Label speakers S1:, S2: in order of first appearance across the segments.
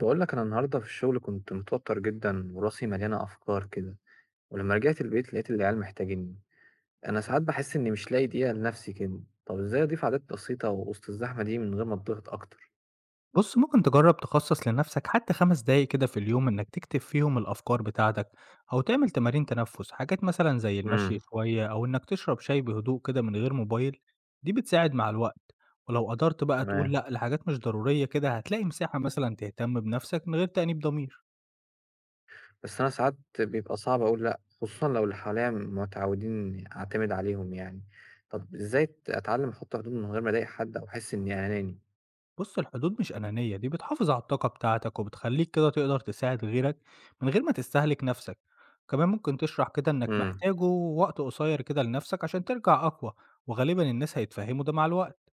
S1: بقول لك انا النهارده في الشغل كنت متوتر جدا وراسي مليانه افكار كده، ولما رجعت البيت لقيت العيال محتاجيني. انا ساعات بحس اني مش لاقي دقيقه لنفسي كده. طب ازاي اضيف عادات بسيطه وسط الزحمه دي من غير ما اتضغط اكتر؟
S2: بُص، ممكن تجرّب تخصّص لنفسك حتى 5 دقايق كده في اليوم إنك تكتب فيهم الأفكار بتاعتك، أو تعمل تمارين تنفُّس، حاجات مثلًا زي المشي
S1: امم.
S2: شوية أو إنك تشرب شاي بهدوء كده من غير موبايل، دي بتساعد مع الوقت، ولو قدرت بقى تقول
S1: تمام.
S2: لأ لحاجات مش ضرورية كده هتلاقي مساحة مثلًا تهتم بنفسك من غير تأنيب ضمير.
S1: بس انا ساعات بيبقى صعب اقول لا خصوصا لو اللي حواليا متعودين اعتمد عليهم يعني. طب ازاي اتعلم احط حدود من غير ما اضايق حد او احس اني
S2: بُص، الحدود مش أنانية، دي بتحافظ على الطاقة بتاعتك وبتخلّيك كده تقدر تساعد غيرك من غير ما تستهلك نَفْسك، كمان ممكن تشرح كده إنّك
S1: اناني؟
S2: محتاجه وقت قصير كده لنَفْسك عشان ترجع أقوى، وغالبًا الناس هيتفهموا ده مع الوقت.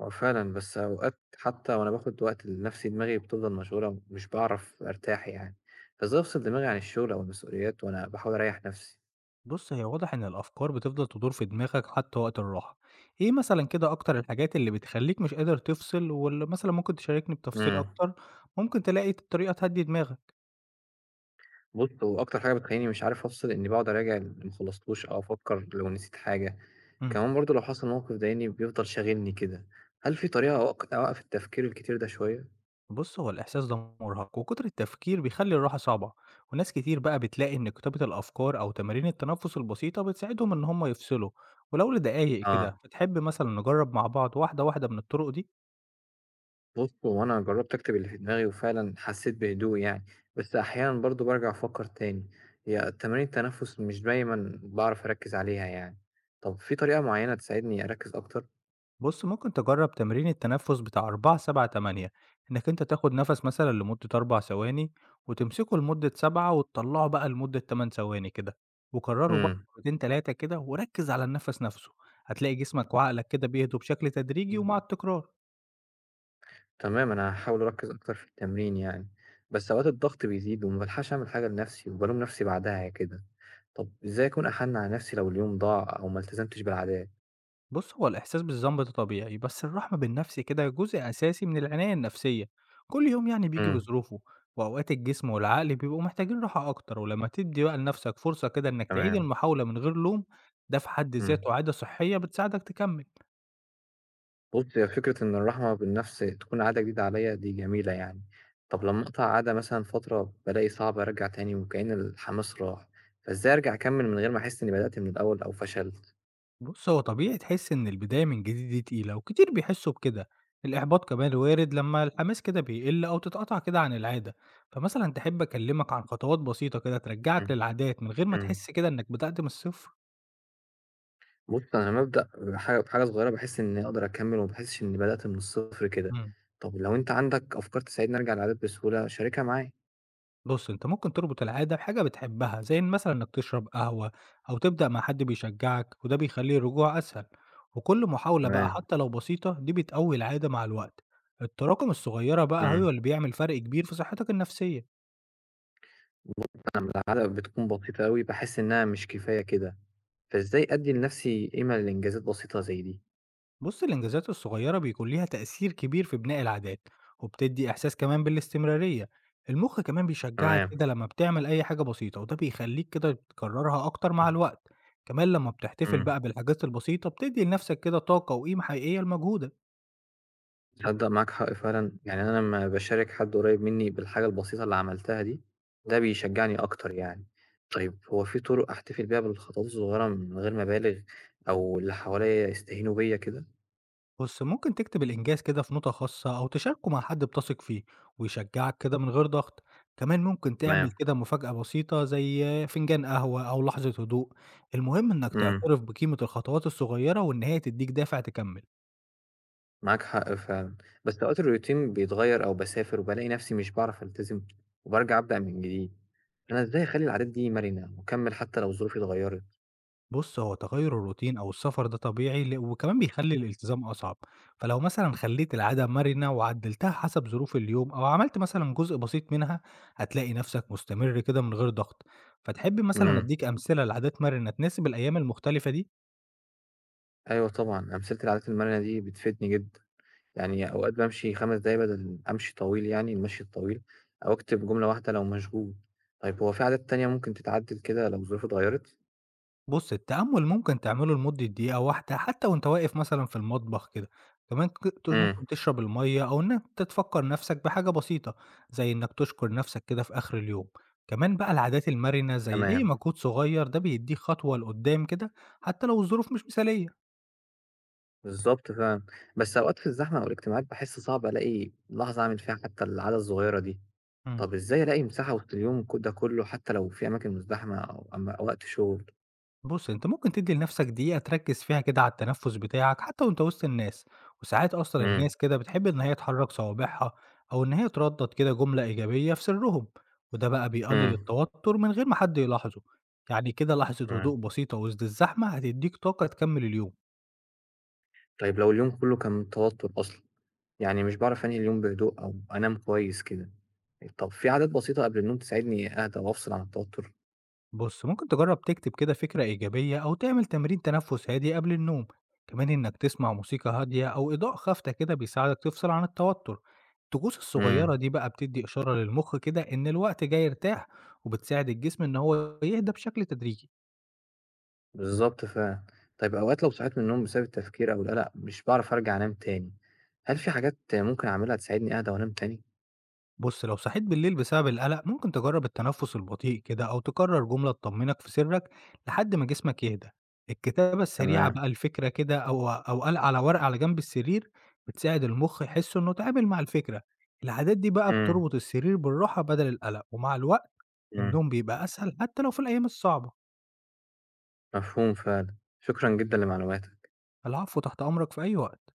S1: هو فعلًا، بس أوقات حتى وأنا باخد وقت لنفسي دماغي بتفضل مشغولة ومش باعرف أرتاح يعني، فإزاي أفصل دماغي عن الشغل أو المسؤوليات وأنا باحاول أريّح نفسي؟
S2: بُص، هي واضح إن الأفكار بتفضل تدور في دماغك حتى وقت الراحة، إيه مثلًا كده أكتر الحاجات اللي بتخلّيك مش قادر تفصل واللي مثلًا ممكن تشاركني بتفصيل
S1: إمم.
S2: أكتر ممكن تلاقي طريقة تهدّي دماغك؟
S1: بُص، هو أكتر حاجة بتخلّيني مش عارف أفصل إني باقعد أراجع اللي ما خلصتوش أو أفكّر لو نسيت حاجة،
S2: إمم.
S1: كمان برضه لو حصل موقف ضايقني بيفضل شاغلني كده، هل في طريقة أوقّف التفكير الكتير ده شوية؟
S2: بُص، هو الإحساس ده مُرهق، وكتر التفكير بيخلّي الراحة صعبة، وناس كتير بقى بتلاقي إن كتابة الأفكار أو تمارين التنفس البسيطة بتساعدهم إن هم يفصلوا، ولو لدقايق كده،
S1: آه.
S2: فتحب مثلًا نجرب مع بعض واحدة واحدة من الطرق دي؟
S1: بُص، هو أنا جرّبت أكتب اللي في دماغي وفعلًا حسّيت بهدوء يعني، بس أحيانًا برضه بارجع أفكّر تاني، هي تمارين التنفس مش دايمًا باعرف أركّز عليها يعني، طب في طريقة معيّنة تساعدني أركّز أكتر؟
S2: بُص، ممكن تجرب تمرين التنفس بتاع 4 7 8، إنك أنت تاخد نفس مثلًا لمدة 4 ثواني، وتمسكه لمدة 7 وتطلعه بقى لمدة 8 ثواني كده، وكرره بقى
S1: إمم،
S2: مرتين 3 كده، وركز على النفس نفسه، هتلاقي جسمك وعقلك كده بيهدوا بشكل تدريجي
S1: إمم.
S2: ومع التكرار.
S1: تمام، أنا هاحاول أركّز أكتر في التمرين يعني، بس أوقات الضغط بيزيد وما بالحقش أعمل حاجة لنفسي وبالوم نفسي بعدها كده، طب إزاي أكون أحَنّ على نفسي لو اليوم ضاع أو ما التزمتش بالعادات؟
S2: بص هو الإحساس بالذنب ده طبيعي، بس الرحمة بالنفس كده جزء أساسي من العناية النفسية. كل يوم يعني بيجي
S1: إمم.
S2: بظروفه، وأوقات الجسم والعقل بيبقوا محتاجين راحة أكتر، ولما تدي بقى لنفسك فرصة كده إنك تعيد
S1: تمام.
S2: المحاولة من غير لوم، ده في حد
S1: إمم.
S2: ذاته عادة صحية بتساعدك تكمل.
S1: بُص، هي فكرة إن الرحمة بالنفس تكون عادة جديدة عليّا دي جميلة يعني، طب لمّا أقطع عادة مثلًا فترة بالاقي صعب أرجع تاني وكأن الحماس راح، فإزاي أرجع أكمّل من غير ما أحس إني بدأت من الأول أو فشلت؟
S2: بص هو طبيعي تحس إن البداية من جديد دي تقيلة، وكتير بيحسوا بكده. الإحباط كمان وارد لما الحماس كده بيقل أو تتقطع كده عن العادة، فمثلا تحب أكلمك عن خطوات بسيطة كده ترجعك
S1: إمم،
S2: للعادات من غير ما
S1: إمم.
S2: تحس كده إنك بدأت من الصفر؟
S1: بُص، أنا لمّا أبدأ بحاجة صغيرة باحس إني أقدر أكمّل وما باحسش إني بدأت من الصفر كده.
S2: إمم.
S1: طب لو أنت عندك أفكار تساعدني أرجع للعادات بسهولة شاركها معايا.
S2: بُص، أنت ممكن تربط العادة بحاجة بتحبها، زي إن مثلًا إنك تشرب قهوة أو تبدأ مع حد بيشجعك، وده بيخلّي الرجوع أسهل، وكل محاولة بقى
S1: تمام.
S2: حتى لو بسيطة دي بتقوي العادة مع الوقت، التراكم الصغيرة بقى
S1: إمم.
S2: هو اللي بيعمل فرق كبير في صحتك النفسية.
S1: بُص، العادة بتكون بسيطة أوي باحس إنها مش كفاية كده، فإزاي أدّي لنفسي قيمة لإنجازات بسيطة زي دي؟
S2: بص الإنجازات الصغيرة بيكون ليها تأثير كبير في بناء العادات، وبتدي إحساس كمان بالاستمرارية. المخ كمان بيشجعك
S1: تمام.
S2: كده لما بتعمل أي حاجة بسيطة، وده بيخليك كده تكررها أكتر مع الوقت. كمان لما بتحتفل
S1: إمم.
S2: بقى بالحاجات البسيطة بتدي لنفسك كده طاقة وقيمة حقيقية لمجهودك.
S1: تصدّق معاك حق فعلًا، يعني أنا لمّا باشارك حد قريب منّي بالحاجة البسيطة اللي عملتها دي، ده بيشجّعني أكتر يعني. طيب هو في طرق أحتفل بيها بالخطوات الصغيرة من غير ما أبالغ أو اللي حواليّا يستهينوا بيّا كده؟
S2: بُص، ممكن تكتب الإنجاز كده في نوتة خاصة أو تشاركه مع حد بتثق فيه ويشجعك كده من غير ضغط، كمان ممكن تعمل
S1: تمام،
S2: كده مفاجأة بسيطة زي فنجان قهوة أو لحظة هدوء، المهم إنك
S1: إمم،
S2: تعترف بقيمة الخطوات الصغيرة وإن هي تديك دافع تكمل.
S1: معاك حق فعلًا، بس أوقات الروتين بيتغيّر أو باسافر وبالاقي نفسي مش باعرف ألتزم وبارجع أبدأ من جديد، أنا إزاي أخلّي العادات دي مرنة وأكمّل حتى لو ظروفي اتغيّرت؟
S2: بُص، هو تغيُّر الروتين أو السفر ده طبيعي وكمان بيخلّي الالتزام أصعب، فلو مثلًا خلّيت العادة مرنة وعدّلتها حسب ظروف اليوم أو عملت مثلًا جزء بسيط منها، هتلاقي نَفْسك مستمر كده من غير ضغط، فتحب مثلًا
S1: إمم،
S2: أدّيك أمثلة لعادات مرنة تناسب الأيام المختلفة دي؟
S1: أيوه طبعًا، أمثلة العادات المرنة دي بتفيدني جدًا. يعني أوقات بامشي 5 دقايق بدل أمشي طويل يعني المشي الطويل، أو أكتب جملة واحدة لو مشغول. طيب هو في عادات تانية ممكن تتعدل كده لو الظروف اتغيّرت؟
S2: بُص، التأمُّل ممكن تعمله لمدة دقيقة واحدة حتى وأنت واقف مثلًا في المطبخ كده، كمان ك- ت
S1: إمم.
S2: ممكن تشرب المَيّة أو إن أنت تفكّر نَفْسك بحاجة بسيطة، زي إنّك تشكر نَفْسك كده في آخر اليوم، كمان بقى العادات المَرِنة زي أي
S1: تمام.
S2: مجهود صغير ده بيدّيك خطوة لقدّام كده حتى لو الظروف مش مثالية.
S1: بالضبط فعلًا. بس أوقات في الزحمة أو الاجتماعات باحس صعب ألاقي لحظة أعمل فيها حتى العادة الصغيرة دي.
S2: إمم.
S1: طب إزاي ألاقي مساحة وسط اليوم ده كُلّه حتى لو في أماكن مزدحمة أو وقت شغل؟
S2: بُص، أنت ممكن تدّي لنفسك دقيقة تركّز فيها كده على التنفس بتاعك حتى وأنت وسط الناس، وساعات أصلًا
S1: إمم.
S2: الناس كده بتحب إن هي تحرّك صوابعها أو إن هي تردّد كده جملة إيجابية في سرّهم، وده بقى بيقلل
S1: إمم.
S2: التوتر من غير ما حد يلاحظه، يعني كده لحظة هدوء
S1: تمام.
S2: بسيطة وسط الزحمة هتدّيك طاقة تكمّل اليوم.
S1: طيب لو اليوم كُلّه كان توتر أصلًا؟ يعني مش بعرف أنهي اليوم بهدوء أو أنام كويس كده. طب في عادات بسيطة قبل النوم تساعدني أهدى وأفصل عن التوتر؟
S2: بُص، ممكن تجرّب تكتب كده فكرة إيجابية أو تعمل تمرين تنفس هادي قبل النوم، كمان إنك تسمع موسيقى هادية أو إضاءة خافتة كده بيساعدك تفصل عن التوتر، الطقوس الصغيرة
S1: امم.
S2: دي بقى بتدي إشارة للمخ كده إن الوقت جاي يرتاح، وبتساعد الجسم إن هو يهدى بشكل تدريجي.
S1: بالظبط فعلا. طيب أوقات لو صحيت من النوم بسبب التفكير أو القلق مش بعرف أرجع أنام تاني. هل في حاجات ممكن أعملها تساعدني أهدى وأنام تاني؟
S2: بُص، لو صحيت بالليل بسبب القلق، ممكن تجرب التنفس البطيء كده أو تكرر جملة تطمنك في سرك لحد ما جسمك يهدى. الكتابة السريعة
S1: تمام.
S2: بقى الفكرة كده، أو قلق على ورقة على جنب السرير بتساعد المخ يحس إنه اتعامل مع الفكرة. العادات دي بقى
S1: امم،
S2: بتربط السرير بالراحة بدل القلق، ومع الوقت
S1: امم.
S2: النوم بيبقى أسهل حتى لو في الأيام الصعبة.
S1: مفهوم فعلا. شكرا جدا لمعلوماتك.
S2: العفو، تحت أمرك في أي وقت.